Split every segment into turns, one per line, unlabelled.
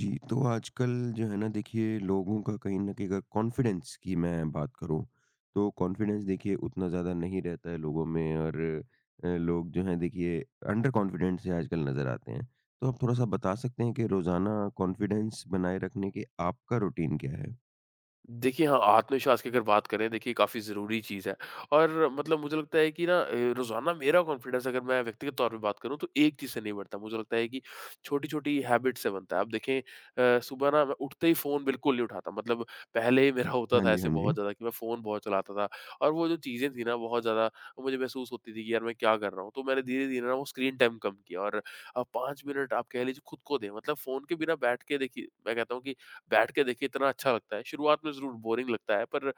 जी, तो आजकल जो है ना, देखिए लोगों का कहीं न कहीं अगर कॉन्फिडेंस की मैं बात करूँ, तो कॉन्फिडेंस देखिए उतना ज़्यादा नहीं रहता है लोगों में। और लोग जो हैं, देखिए अंडर कॉन्फिडेंट से आजकल नज़र आते हैं। तो आप थोड़ा-सा बता सकते हैं कि रोज़ाना कॉन्फिडेंस बनाए रखने के आपका रूटीन क्या है?
देखिए हाँ, आत्मविश्वास की अगर बात करें, देखिए काफ़ी ज़रूरी चीज़ है। और मतलब मुझे लगता है कि ना, रोज़ाना मेरा कॉन्फिडेंस, अगर मैं व्यक्तिगत तौर पे बात करूँ, तो एक चीज़ से नहीं बढ़ता। मुझे लगता है कि छोटी-छोटी हैबिट से बनता है। आप देखें, सुबह ना मैं उठते ही फ़ोन बिल्कुल नहीं उठाता। मतलब पहले ही मेरा होता
हाँ
था
जी,
ऐसे
हाँ
बहुत
जी।
ज़्यादा, कि मैं फ़ोन बहुत चलाता था। और वो जो चीज़ें थी ना, बहुत ज़्यादा मुझे महसूस होती थी कि यार मैं क्या कर रहा हूँ? तो मैंने धीरे-धीरे ना वो स्क्रीन टाइम कम किया। और 5 मिनट आप कह लीजिए खुद को दें, मतलब फ़ोन के बिना बैठ के देखिए, मैं कहता हूँ कि बैठ के देखिए इतना अच्छा लगता है। शुरुआत में ज़रूर बोरिंग लगता है, पर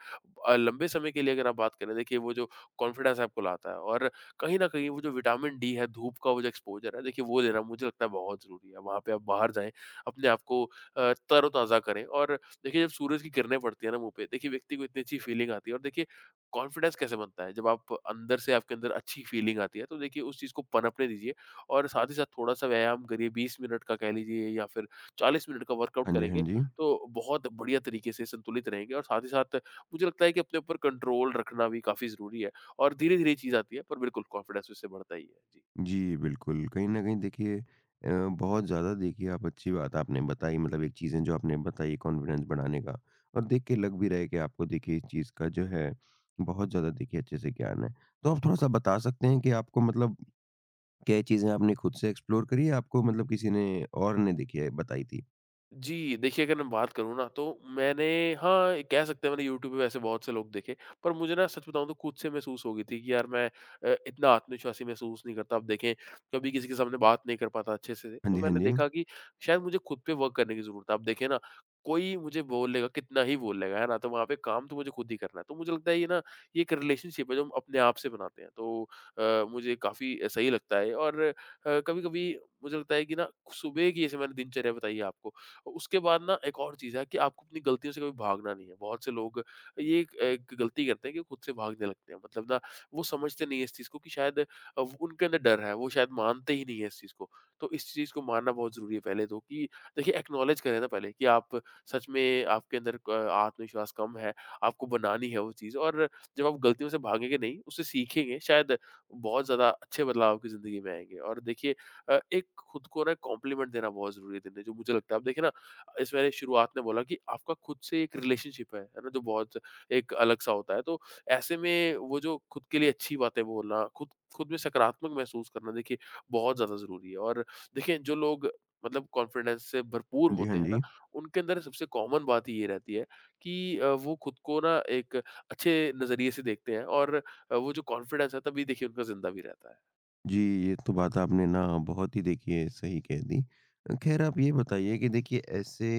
लंबे समय के लिए अगर आप बात करें, देखिए वो जो कॉन्फिडेंस आपको लाता है। और कहीं न कहीं वो जो विटामिन डी है, धूप का वो जो एक्सपोज़र है, देखिए वो लेना मुझे लगता है बहुत ज़रूरी है। वहाँ पे आप बाहर जाएँ, अपने आप को तरोताज़ा करें। और देखिए जब सूरज की किरणें पड़ती है ना मुँह पे, देखिए व्यक्ति को इतनी अच्छी फीलिंग आती है। और देखिए कॉन्फिडेंस कैसे बनता है, जब आप अंदर से, आपके अंदर अच्छी फीलिंग आती है, तो देखिए उस चीज़ को पनपने दीजिए। और साथ ही साथ थोड़ा-सा व्यायाम करिए, 20 मिनट का कह लीजिए, या फिर 40 मिनट का वर्कआउट
हाँ जी, हाँ
करेंगे,
जी।
तो बहुत बढ़िया तरीके से संतुलित रहेंगे। और साथ ही साथ मुझे लगता है कि अपने ऊपर कंट्रोल रखना भी काफ़ी ज़रूरी है। और धीरे-धीरे ये चीज़ आती है, पर बिल्कुल कॉन्फिडेंस उससे बढ़ता ही है। जी।
जी, बिल्कुल। कहीं न कहीं देखिए अ, बहुत ज़्यादा देखिए, आप अच्छी बात आपने बताई, मतलब एक चीज़ें जो आपने बताई कॉन्फिडेंस बढ़ाने का। और देख के लग भी रहा है कि आपको देखिए इस चीज़ का जो है, बहुत ज़्यादा देखिए अच्छे से ज्ञान है। तो आप थोड़ा-सा बता सकते हैं कि आपको, मतलब क्या ये चीज़ें आपने खुद से एक्सप्लोर करी, या आपको मतलब किसी ने और ने देखिए बताई थी?
जी, देखिए अगर मैं बात करूँ ना, तो मैंने, हाँ, कह सकते हैं, मैंने यूट्यूब पे वैसे बहुत से लोग देखे। पर मुझे ना, सच बताऊँ तो खुद से महसूस हो गई थी कि यार मैं इतना आत्मविश्वासी महसूस नहीं करता। अब देखें, कभी किसी के सामने बात नहीं कर पाता अच्छे से।
हाँ
तो
जी, हाँ
मैंने
जी।
देखा कि शायद मुझे खुद पे वर्क करने की ज़रूरत है। अब देखें ना, कोई मुझे बोल लेगा, कितना ही बोल लेगा, है ना? तो वहाँ पे काम तो मुझे खुद ही करना है। तो मुझे लगता है ये ना, ये एक रिलेशनशिप है जो हम अपने आप से बनाते हैं। तो मुझे काफ़ी सही लगता है। और कभी-कभी मुझे लगता है कि ना, सुबह की जैसे मैंने दिनचर्या बताई है आपको, उसके बाद ना एक और चीज़ है कि आपको अपनी गलतियों से कभी भागना नहीं है। बहुत से लोग ये एक एक गलती करते हैं कि खुद से भागने लगते हैं। मतलब ना, वो समझते नहीं है इस चीज़ को, कि शायद उनके अंदर डर है, वो शायद मानते ही नहीं है इस चीज़ को। तो इस चीज़ को मानना बहुत ज़रूरी है पहले तो, कि देखिए एक्नॉलेज करें ना पहले कि आप सच में, आपके अंदर क आत्मविश्वास कम है, आपको बनानी है वो चीज़। और जब आप गलतियों से भागेंगे नहीं, उससे सीखेंगे, शायद बहुत ज़्यादा अच्छे बदलाव आपकी ज़िंदगी में आएँगे। और देखिए एक खुद को ना कॉम्प्लीमेंट देना बहुत ज़रूरी है दिन में, जो मुझे लगता है। आप देखिए ना, इस मैंने शुरुआत में बोला कि आपका खुद से एक रिलेशनशिप है ना? जो बहुत एक अलग-सा होता है, तो ऐसे में वो जो खुद के लिए अच्छी बातें बोलना, खुद खुद में सकारात्मक महसूस करना, देखिए बहुत ज़्यादा ज़रूरी है। और देखिए जो लोग मतलब कॉन्फिडेंस से भरपूर
हाँ जी,
होते
हाँ
हैं ना,
जी।
उनके अंदर सबसे कॉमन बात ही ये रहती है कि वो खुद को ना एक अच्छे नज़रिए से देखते हैं। और वो जो कॉन्फिडेंस है तभी देखिए उनका ज़िंदा भी रहता है।
जी, ये तो बात आपने ना बहुत ही देखिए सही कह दी। ख़ैर आप ये बताइए कि देखिए ऐसे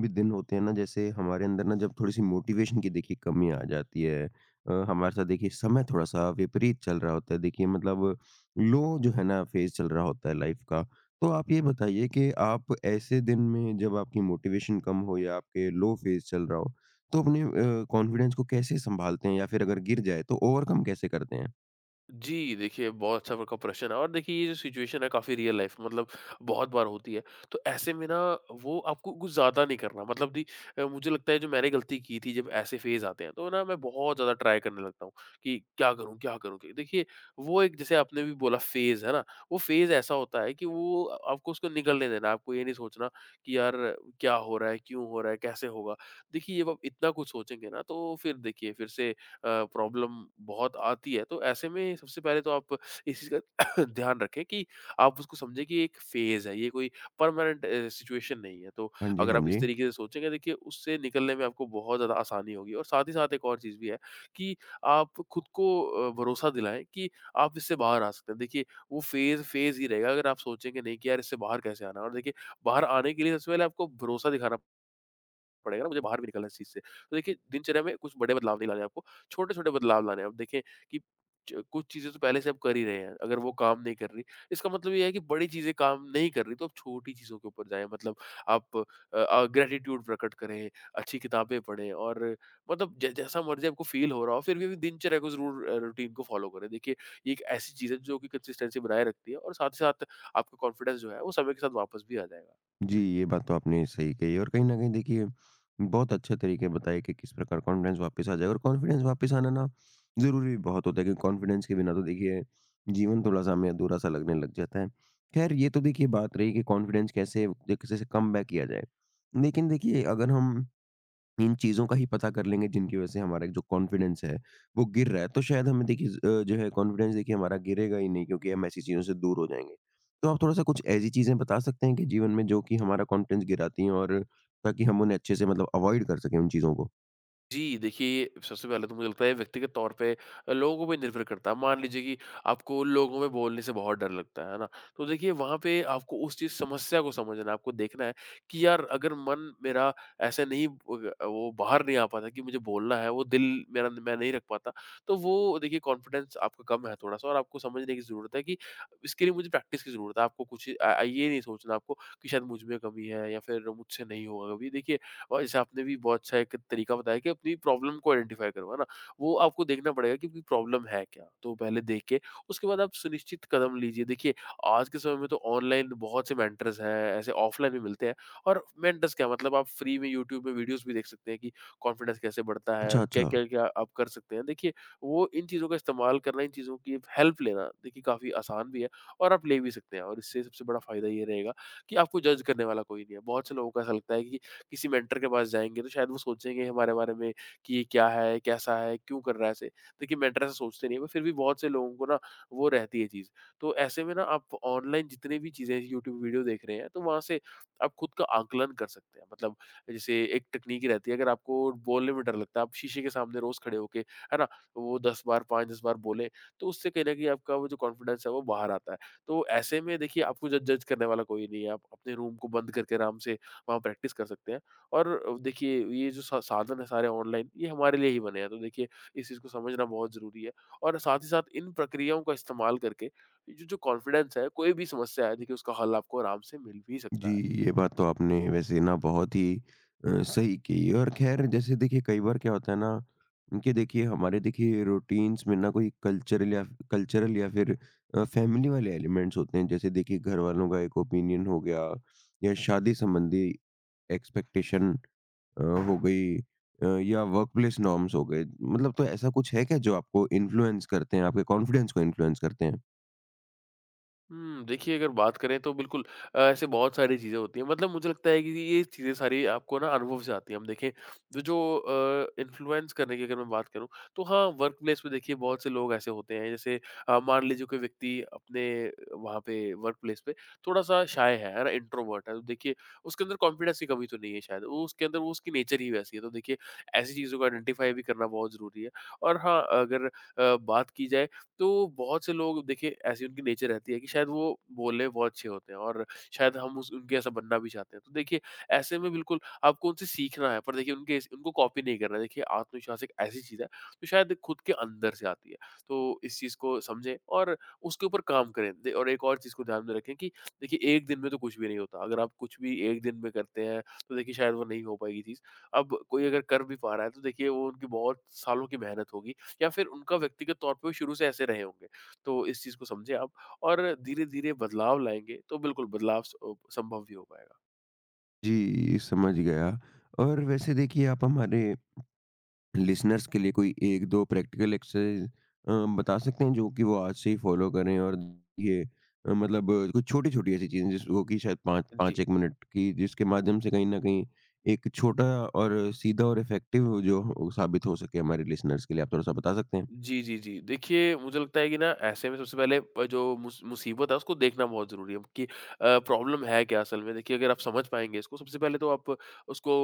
भी दिन होते हैं ना, जैसे हमारे अंदर ना जब थोड़ी-सी मोटिवेशन की देखिए कमी आ जाती है। हमारे साथ देखिए समय थोड़ा-सा विपरीत चल रहा होता है, देखिए, मतलब लो जो है ना फ़ेज़ चल रहा होता है लाइफ़ का। तो आप ये बताइए कि आप ऐसे दिन में, जब आपकी मोटिवेशन कम हो या आपके लो फ़ेज़ चल रहा हो, तो अपने कॉन्फिडेंस को कैसे सँभालते हैं, या फ़िर अगर गिर जाए तो ओवरकम कैसे करते हैं?
जी, देखिए बहुत अच्छा आपका प्रश्न है। और देखिए ये जो सिचुएशन है, काफ़ी रियल लाइफ़ में मतलब बहुत बार होती है। तो ऐसे में ना, वो आपको कुछ ज़्यादा नहीं करना, मतलब मुझे लगता है जो मैंने गलती की थी, जब ऐसे फ़ेज़ आते हैं तो ना मैं बहुत ज़्यादा ट्राई करने लगता हूँ कि क्या करूँ क्या करूँ? कि देखिए वो एक जैसे आपने भी बोला, फ़ेज़ है ना? वो फ़ेज़ ऐसा होता है कि वो, आपको उसको निकलने देना, आपको ये नहीं सोचना कि यार क्या हो रहा है? क्यों हो रहा है? कैसे होगा? देखिए जब आप इतना कुछ सोचेंगे ना, तो फिर देखिए, फिर से प्रॉब्लम बहुत आती है। तो ऐसे में सबसे पहले तो आप इस चीज़ का ध्यान रखें कि आप उसको समझें कि एक फ़ेज़ है, ये कोई परमानेंट सिचुएशन नहीं है। तो
हाँ जी,
अगर
हाँ
आप इस
जी।
तरीके से सोचेंगे, देखिए उससे निकलने में आपको बहुत ज़्यादा आसानी होगी। और साथ ही साथ एक और चीज़ भी है कि आप खुद को भरोसा दिलाएँ कि आप इससे बाहर आ सकते हैं। देखिए, वो फ़ेज़ फ़ेज़ ही रहेगा अगर आप सोचेंगे नहीं कि यार इससे बाहर कैसे आना है। और देखिए बाहर आने के लिए सबसे पहले आपको भरोसा दिखाना पड़ेगा ना, मुझे बाहर भी निकलना है इस चीज़ से। तो देखिए, दिनचर्या में कुछ बड़े बदलाव नहीं लाने हैं आपको, छोटे-छोटे बदलाव लाने हैं। अब देखें कि च कुछ चीज़ें तो पहले से आप कर ही रहे हैं, अगर वो काम नहीं कर रही, इसका मतलब ये है कि बड़ी चीज़ें काम नहीं कर रही, तो आप छोटी चीज़ों के ऊपर जाएँ। मतलब आप ग्रैटिट्यूड प्रकट करें, अच्छी किताबें पढ़ें। और मतलब ज जैसा मर्ज़ी आपको फ़ील हो रहा हो, फिर भी दिनचर्या को ज़रूर, रूटीन को फ़ॉलो करें। देखिए, ये एक ऐसी चीज़ है जो कि कंसिस्टेंसी बनाए रखती है, और साथ ही साथ आपका कॉन्फिडेंस जो है, वो समय के साथ वापस भी आ जाएगा।
जी, ये बात तो आपने सही कही, और कहीं न कहीं देखिए बहुत अच्छे तरीके बताए कि किस प्रकार कॉन्फिडेंस वापस आ जाए। और कॉन्फिडेंस वापस आना ना ज़रूरी भी बहुत होता है, क्योंकि कॉन्फिडेंस के बिना तो देखिए जीवन थोड़ा-सा हमें अधूरा-सा लगने लग जाता है। ख़ैर, ये तो देखिए बात रही कि कॉन्फिडेंस कैसे व कैसे कम बैक किया जाए। लेकिन देखिए अगर हम इन चीज़ों का ही पता कर लेंगे जिनकी वजह से हमारा जो कॉन्फिडेंस है, वो गिर रहा है, तो शायद हमें देखिए जो है कॉन्फिडेंस देखिए हमारा गिरेगा ही नहीं, क्योंकि हम ऐसी चीज़ों से दूर हो जाएँगे। तो आप थोड़ा-सा कुछ ऐसी चीज़ें बता सकते हैं कि जीवन में जो कि हमारा कॉन्फिडेंस गिराती हैं, और ताकि हम उन्हें अच्छे से मतलब अवॉइड कर सकें उन चीज़ों को?
जी, देखिए सबसे पहले तो मुझे लगता है व्यक्तिगत तौर पे, लोगों पे निर्भर करता है। मान लीजिए कि आपको लोगों में बोलने से बहुत डर लगता है ना? तो देखिए वहाँ पे आपको उस चीज़, समस्या को समझना है, आपको देखना है कि यार अगर मन मेरा ऐसे नहीं ब वो बाहर नहीं आ पाता कि मुझे बोलना है, वो दिल मेरा मैं नहीं रख पाता, तो वो देखिए कॉन्फिडेंस आपका कम है थोड़ा-सा, और आपको समझने की ज़रूरत है कि इसके लिए मुझे प्रैक्टिस की ज़रूरत है। आपको कुछ ये नहीं सोचना आपको कि शायद मुझ में कमी है, या फिर मुझसे नहीं होगा कभी। देखिए, और जैसे आपने भी बहुत अच्छा एक तरीका बताया कि अपनी प्रॉब्लम को आइडेंटिफाई करो, है ना? वो आपको देखना पड़ेगा कि आपकी प्रॉब्लम है क्या? तो पहले देख के, उसके बाद आप सुनिश्चित कदम लीजिए। देखिए, आज के समय में तो ऑनलाइन बहुत से मेंटर्स हैं, ऐसे ऑफलाइन भी मिलते हैं। और मेंटर्स क्या, मतलब आप फ्री में यूट्यूब में वीडियोज़ भी देख सकते हैं कि कॉन्फिडेंस कैसे बढ़ता है,
अच्छा,
क्या-क्या
अच्छा।
क्या क्या आप कर सकते हैं। देखिए, वो इन चीज़ों का इस्तेमाल करना, इन चीज़ों की हेल्प लेना, देखिए काफ़ी आसान भी है, और आप ले भी सकते हैं। और इससे सबसे बड़ा फ़ायदा ये रहेगा कि आपको जज करने वाला कोई नहीं है। बहुत से लोगों को ऐसा लगता है कि किसी मेंटर के पास जाएँगे तो शायद वो सोचेंगे हमारे बारे में कि ये क्या है, कैसा है, क्यों कर रहा है ऐसे? देखिए, मेंटर ऐसा सोचते नहीं है, पर फिर भी बहुत से लोगों को ना वो रहती है चीज़। तो ऐसे में ना, आप ऑनलाइन जितने भी चीज़ें यूट्यूब वीडियो देख रहे हैं, तो वहाँ से आप खुद का आकलन कर सकते हैं। मतलब जैसे एक टेक्नीक रहती है, अगर आपको बोलने में डर लगता है, आप शीशे के सामने रोज़ खड़े होके, है ना? वो 10 बार, 5-10 बार बोलें, तो उससे कहीं न कहीं आपका वो जो कॉन्फिडेंस है वो बाहर आता है। तो ऐसे में देखिए आपको जज जज करने वाला कोई नहीं है। आप अपने रूम को बंद करके आराम से वहाँ प्रैक्टिस कर सकते हैं। और देखिए ये जो सा साधन है सारे ऑनलाइन, ये हमारे लिए ही बने हैं, तो देखिए इस चीज़ को समझना बहुत ज़रूरी है। और साथ ही साथ इन प्रक्रियाओं का इस्तेमाल करके जो जो कॉन्फिडेंस है, कोई भी समस्या है, देखिए उसका हल आपको आराम से मिल भी सकता
जी,
है।
ये बात तो आपने वैसे ना बहुत ही सही की। और ख़ैर, जैसे देखिए कई बार क्या होता है ना, कि देखिए हमारे देखिए रूटीन्स में ना कोई कल्चरल या फ़िर फ़ैमिली वाले एलिमेंट्स होते हैं। जैसे देखिए घरवालों का एक ओपिनियन हो गया, या शादी संबंधी एक्सपेक्टेशन हो गई, या वर्कप्लेस नॉर्म्स हो गए। मतलब, तो ऐसा कुछ है क्या जो आपको इन्फ्लुएंस करते हैं, आपके कॉन्फिडेंस को इन्फ्लुएंस करते हैं?
हुँ, देखिए अगर बात करें तो बिल्कुल। ऐसे बहुत सारी चीज़ें होती हैं, मतलब मुझे लगता है कि ये चीज़ें सारी आपको ना अनुभव से आती हैं। हम देखें, तो जो इन्फ्लुएंस करने की अगर मैं बात करूँ, तो हाँ, वर्क प्लेस पे देखिए बहुत से लोग ऐसे होते हैं। जैसे मान लीजिए कोई व्यक्ति अपने, वहाँ पे वर्क प्लेस पे थोड़ा-सा शाय है ना? इंट्रोवर्ट है। तो देखिए उसके अंदर कॉन्फिडेंस की कमी तो नहीं है शायद, वो उसके अंदर वो उसकी नेचर ही वैसी है। तो देखिए ऐसी चीज़ों को आइडेंटिफ़ाई भी करना बहुत ज़रूरी है। और हाँ, अगर बात की जाए तो बहुत से लोग देखिए ऐसी उनकी नेचर रहती है कि शायद वो बोलने में बहुत अच्छे होते हैं और शायद हम उस उनके ऐसा बनना भी चाहते हैं। तो देखिए ऐसे में बिल्कुल आपको उनसे सीखना है, पर देखिए उनके उनको कॉपी नहीं करना है। देखिए आत्मविश्वास एक ऐसी चीज़ है जो शायद खुद के अंदर से आती है। तो इस चीज़ को समझें और उसके ऊपर काम करें। दे और एक और चीज़ को ध्यान में रखें कि देखिए एक दिन में तो कुछ भी नहीं होता। अगर आप कुछ भी एक दिन में करते हैं तो देखिए शायद वो नहीं हो पाएगी चीज़। अब कोई अगर कर भी पा रहा है तो देखिए वो उनकी बहुत सालों की मेहनत होगी। या फिर उनका व्यक्तिगत तौर पे वो शुरू से ऐसे रहे होंगे। तो इस चीज़ को समझें आप और धीरे-धीरे बदलाव लाएँगे तो बिल्कुल बदलाव संभव भी हो पाएगा।
जी, समझ गया। और वैसे देखिए, आप हमारे लिसनर्स के लिए कोई 1-2 प्रैक्टिकल एक्सरसाइज, अ, बता सकते हैं जो कि वो आज से ही फ़ॉलो करें? और ये मतलब कुछ छोटी-छोटी ऐसी चीज़ें जिसको कि शायद 5
जी।
5-1 मिनट की, जिसके माध्यम से कहीं न कहीं एक छोटा और सीधा और इफ़ेक्टिव जो हो, साबित हो सके हमारे लिसनर्स के लिए, आप थोड़ा-सा बता सकते हैं?
जी, जी, जी। देखिए, मुझे लगता है कि ना ऐसे में सबसे पहले प जो मुसीबत है उसको देखना बहुत ज़रूरी है कि प्रॉब्लम है क्या असल में। देखिए, अगर आप समझ पाएँगे इसको सबसे पहले तो आप उसको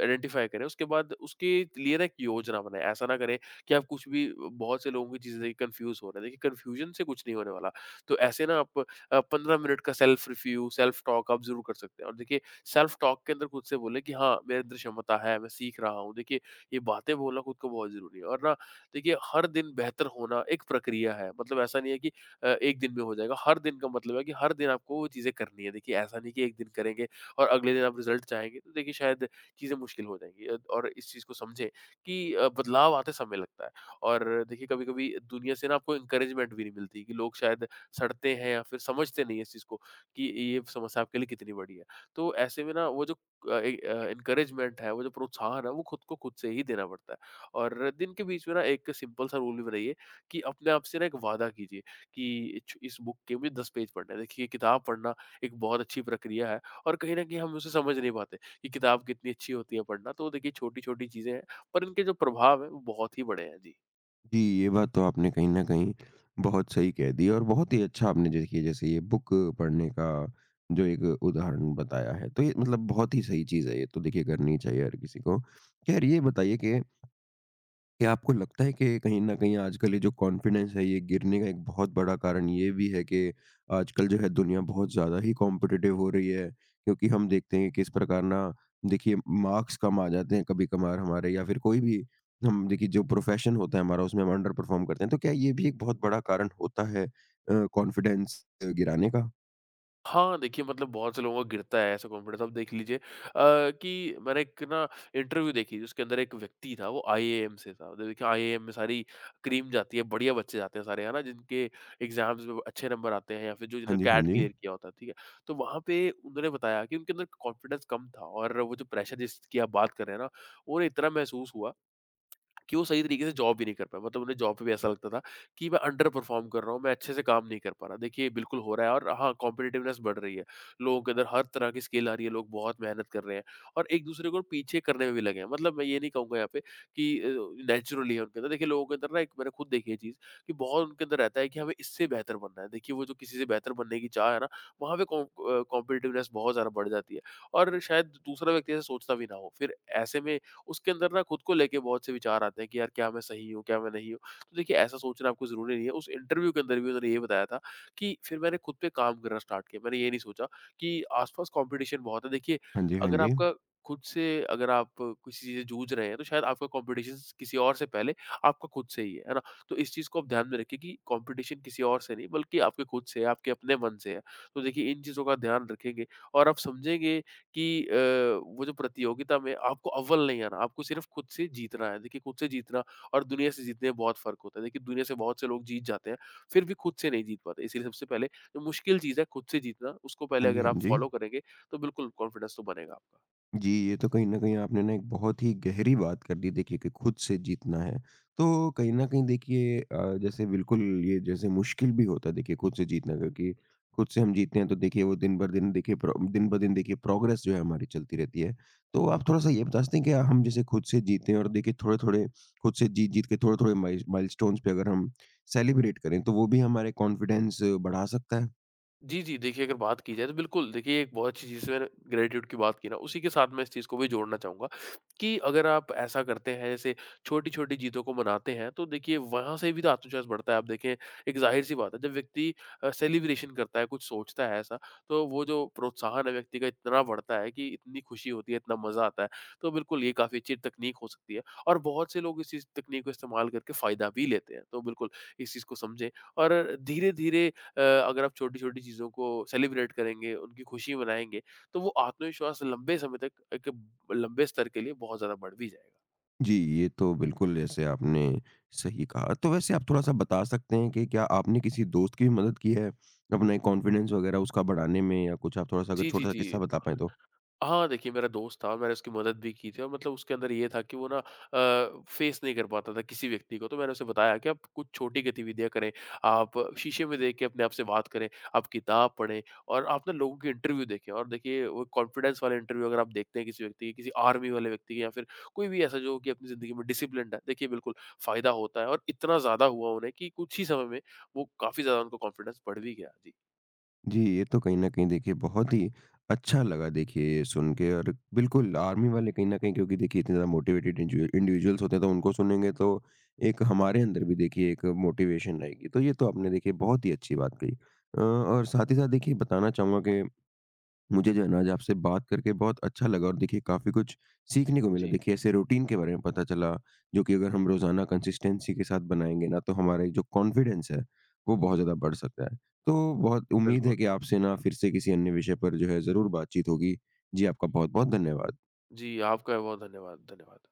आइडेंटिफ़ाई करें। उसके बाद उसके लिए ना एक योजना बनाएँ। ऐसा ना करें कि आप कुछ भी बहुत से लोगों की चीज़ें देख के कन्फ्यूज़ हो रहे हैं। देखिए, कन्फ्यूज़न से कुछ नहीं होने वाला। तो ऐसे ना आप 15 मिनट का सेल्फ रिव्यू, सेल्फ टॉक आप ज़रूर कर सकते हैं। और देखिए, सेल्फ टॉक के अंदर खुद से बोलें कि हाँ, मेरे अंदर क्षमता है, मैं सीख रहा हूँ। देखिए, ये बातें बोलना खुद को बहुत ज़रूरी है। और ना देखिए, हर दिन बेहतर होना एक प्रक्रिया है। मतलब ऐसा नहीं है कि एक दिन में हो जाएगा। हर दिन का मतलब है कि हर दिन आपको वो चीज़ें करनी है। देखिए ऐसा नहीं कि एक दिन करेंगे और अगले दिन आप रिजल्ट चाहेंगे, तो देखिए शायद चीज़ें मुश्किल हो जाएंगी। और इस चीज़ को समझें कि बदलाव आते समय लगता है। और देखिए कभी कभी दुनिया से ना आपको इंकरेजमेंट भी नहीं मिलती कि लोग शायद सड़ते हैं या फिर समझते नहीं है इस चीज़ को कि ये समस्या आपके लिए कितनी बड़ी है। तो ऐसे में ना वो जो इंकरेजमेंट है, वो जो प्रोत्साहन है, वो खुद को खुद से ही देना पड़ता है। और दिन के बीच में ना एक सिंपल सा रूल भी बनाइए कि अपने आप से ना एक वादा कीजिए कि इस बुक के मुझे 10 पेज पढ़ने हैं। देखिए किताब पढ़ना एक बहुत अच्छी प्रक्रिया है, और कहीं ना कहीं हम उसे समझ नहीं पाते कि किताब कितनी अच्छी होती है पढ़ना। तो देखिए छोटी छोटी चीज़ें हैं, पर इनके जो प्रभाव है वो बहुत ही बड़े हैं जी।
जी, ये बात तो आपने कहीं न कहीं बहुत सही कह दी। और बहुत ही अच्छा आपने देखिए, जैसे ये बुक पढ़ने का जो एक उदाहरण बताया है, तो ये मतलब बहुत ही सही चीज़ है, ये तो देखिए करनी चाहिए हर किसी को। खैर, ये बताइए कि क्या आपको लगता है कि कहीं न कहीं आजकल ये जो कॉन्फिडेंस है, ये गिरने का एक बहुत बड़ा कारण ये भी है कि आजकल जो है दुनिया बहुत ज़्यादा ही कॉम्पिटिटिव हो रही है? क्योंकि हम देखते हैं कि किस प्रकार ना, देखिए मार्क्स कम आ जाते हैं कभी-कभार हमारे, या फिर कोई भी हम देखिए जो प्रोफ़ेशन होता है हमारा, उसमें हम अंडर परफ़ॉर्म करते हैं। तो क्या ये भी एक बहुत बड़ा कारण होता है कॉन्फिडेंस गिराने का?
हाँ, देखिए मतलब बहुत से लोगों का गिरता है ऐसा कॉन्फिडेंस। आप देख लीजिए, कि मैंने एक ना इंटरव्यू देखी जिसके अंदर एक व्यक्ति था, वो आईएएम से था। मतलब देखिए आईएएम में सारी क्रीम जाती है, बढ़िया बच्चे जाते हैं सारे, है ना? जिनके एग्ज़ाम्स में अच्छे नंबर आते हैं या फिर जो
हाँ
जिन्होंने
जी,
कैट
हाँ जी।
क्लियर किया होता है, ठीक है? तो वहाँ पे उन्होंने बताया कि उनके अंदर कॉन्फिडेंस कम था और वो जो प्रेशर जिसकी आप बात कर रहे हैं ना, वो उन्हें इतना महसूस हुआ कि वो सही तरीके से जॉब भी नहीं कर पाए। मतलब उन्हें जॉब पे भी ऐसा लगता था कि मैं अंडर परफॉर्म कर रहा हूँ, मैं अच्छे से काम नहीं कर पा रहा। देखिए ये बिल्कुल हो रहा है, और हाँ कॉम्पिटिटिवनेस बढ़ रही है। लोगों के अंदर हर तरह की स्किल आ रही है, लोग बहुत मेहनत कर रहे हैं और एक दूसरे को पीछे करने में भी लगे हैं। मतलब मैं ये नहीं कहूँगा यहाँ पे कि नेचुरली है उनके अंदर। देखिए लोगों के अंदर ना एक मैंने खुद देखी है चीज़ कि बहुत उनके अंदर रहता है कि हमें इससे बेहतर बनना है। देखिए वो जो किसी से बेहतर बनने की चाह है ना, वहाँ पे कॉम्पिटिटिवनेस बहुत ज़्यादा बढ़ जाती है। और शायद दूसरा व्यक्ति ऐसा सोचता भी ना हो। फिर ऐसे में उसके अंदर ना खुद को लेके बहुत से विचार आते हैं कि यार क्या मैं सही हूँ, क्या मैं नहीं हूँ? तो देखिए ऐसा सोचना आपको ज़रूरी नहीं है। उस इंटरव्यू के अंदर भी उन्होंने ये बताया था कि फिर मैंने खुद पे काम करना स्टार्ट किया। मैंने ये नहीं सोचा कि आस-पास कॉम्पिटिशन बहुत है। देखिए
हाँ जी, हाँ
अगर
जी।
आपका खुद से अगर आप किसी चीज़ से जूझ रहे हैं तो शायद आपका कॉम्पिटिशन किसी और से पहले आपका खुद से ही है ना? तो इस चीज़ को आप ध्यान में रखिए कि कॉम्पिटिशन किसी और से नहीं, बल्कि आपके खुद से है, आपके अपने मन से है। तो देखिए इन चीज़ों का ध्यान रखेंगे और आप समझेंगे कि वो जो प्रतियोगिता में आपको अव्वल नहीं आना, आपको सिर्फ़ खुद से जीतना है। देखिए खुद से जीतना और दुनिया से जीतने में बहुत फ़र्क होता है। देखिए दुनिया से बहुत से लोग जीत जाते हैं, फिर भी खुद से नहीं जीत पाते। इसीलिए सबसे पहले जो मुश्किल चीज़ है खुद से जीतना, उसको पहले
हाँ जी,
अगर
हाँ
आप
जी।
फ़ॉलो करेंगे, तो बिल्कुल कॉन्फिडेंस तो बनेगा आपका।
जी, ये तो कहीं न कहीं आपने ना एक बहुत ही गहरी बात कर दी देखिए, कि खुद से जीतना है। तो कहीं न कहीं देखिए जैसे बिल्कुल, ये जैसे मुश्किल भी होता है देखिए खुद से जीतना, क्योंकि खुद से हम जीतते हैं तो देखिए वो दिन ब दिन देखिए प्रो दिन-ब-दिन देखिए प्रोग्रेस जो है हमारी चलती रहती है। तो आप थोड़ा-सा ये बता सकते हैं कि हम जैसे खुद से जीते हैं और देखिए थोड़े-थोड़े खुद से जीत-जीत के, थोड़े-थोड़े माइलस्टोन्स पे अगर हम सेलिब्रेट करें, तो वो भी हमारे कॉन्फिडेंस बढ़ा सकता है?
जी, जी। देखिए, अगर बात की जाए तो बिल्कुल देखिए एक बहुत अच्छी चीज़ से मैंने ग्रेटिट्यूड की बात की ना, उसी के साथ मैं इस चीज़ को भी जोड़ना चाहूँगा कि अगर आप ऐसा करते हैं जैसे छोटी-छोटी जीतों को मनाते हैं, तो देखिए वहाँ से भी तो आत्मविश्वास बढ़ता है। आप देखें एक ज़ाहिर-सी बात है, जब व्यक्ति सेलिब्रेशन करता है, कुछ सोचता है ऐसा, तो वो जो प्रोत्साहन है व्यक्ति का इतना बढ़ता है कि इतनी खुशी होती है, इतना मज़ा आता है। तो बिल्कुल ये काफ़ी अच्छी तकनीक हो सकती है, और बहुत से लोग इस चीज़ तकनीक को इस्तेमाल करके फ़ायदा भी लेते हैं। तो बिल्कुल इस चीज़ को समझें और धीरे-धीरे, अ, अगर आप छोटी-छोटी चीज़ों को सेलिब्रेट करेंगे, उनकी खुशी मनाएँगे, तो वो आत्मविश्वास लंबे समय तक, एक लंबे स्तर के लिए बहुत ज़्यादा बढ़ भी जाएगा।
जी, ये तो बिल्कुल जैसे आपने सही कहा। तो वैसे आप थोड़ा-सा बता सकते हैं कि क्या आपने किसी दोस्त की भी मदद की है, अपना ये कॉन्फिडेंस वगैरह उसका बढ़ाने में, या कुछ आप थोड़ा-सा अगर
जी, जी,
छोटा-सा
जी।
किस्सा बता पाएँ तो?
हाँ, देखिए मेरा दोस्त था, मैंने उसकी मदद भी की थी। और मतलब उसके अंदर ये था कि वो ना फेस नहीं कर पाता था किसी व्यक्ति को। तो मैंने उसे बताया कि आप कुछ छोटी गतिविधियाँ करें, आप शीशे में देख के अपने आप से बात करें, आप किताब पढ़ें और आप ना लोगों के इंटरव्यू देखें। और देखिए वो कॉन्फिडेंस वाले इंटरव्यू अगर आप देखते हैं किसी व्यक्ति के, किसी आर्मी वाले व्यक्ति के या फिर कोई भी ऐसा जो कि अपनी ज़िंदगी में डिसिप्लिन्ड है, देखिए बिल्कुल फ़ायदा होता है। और इतना ज़्यादा हुआ उन्हें कि कुछ ही समय में वो काफ़ी ज़्यादा उनका कॉन्फिडेंस बढ़ भी गया। जी।
जी, ये तो कहीं न कहीं देखिए बहुत ही अच्छा लगा देखिए ये सुन के। और बिल्कुल, आर्मी वाले कहीं न कहीं, क्योंकि देखिए इतने ज़्यादा मोटिवेटेड इंजू इंडिविजुअल्स होते हैं, तो उनको सुनेंगे तो एक हमारे अंदर भी देखिए एक मोटिवेशन रहेगी। तो ये तो आपने देखिए बहुत ही अच्छी बात कही। और साथ ही साथ देखिए, बताना चाहूँगा कि मुझे जो है ना, आज आपसे बात करके बहुत अच्छा लगा, और देखिए काफ़ी कुछ सीखने को मिला।
जी,
देखिए ऐसे रूटीन के बारे में पता चला, जो कि अगर हम रोज़ाना कंसिस्टेंसी के साथ बनाएँगे ना, तो हमारा जो कॉन्फिडेंस है, वो बहुत ज़्यादा बढ़ सकता है। तो बहुत उम्मीद
बिल्कुल।
है कि आपसे ना फिर से किसी अन्य विषय पर जो है ज़रूर बातचीत होगी। जी, आपका बहुत-बहुत धन्यवाद।
जी, आपका बहुत धन्यवाद, धन्यवाद।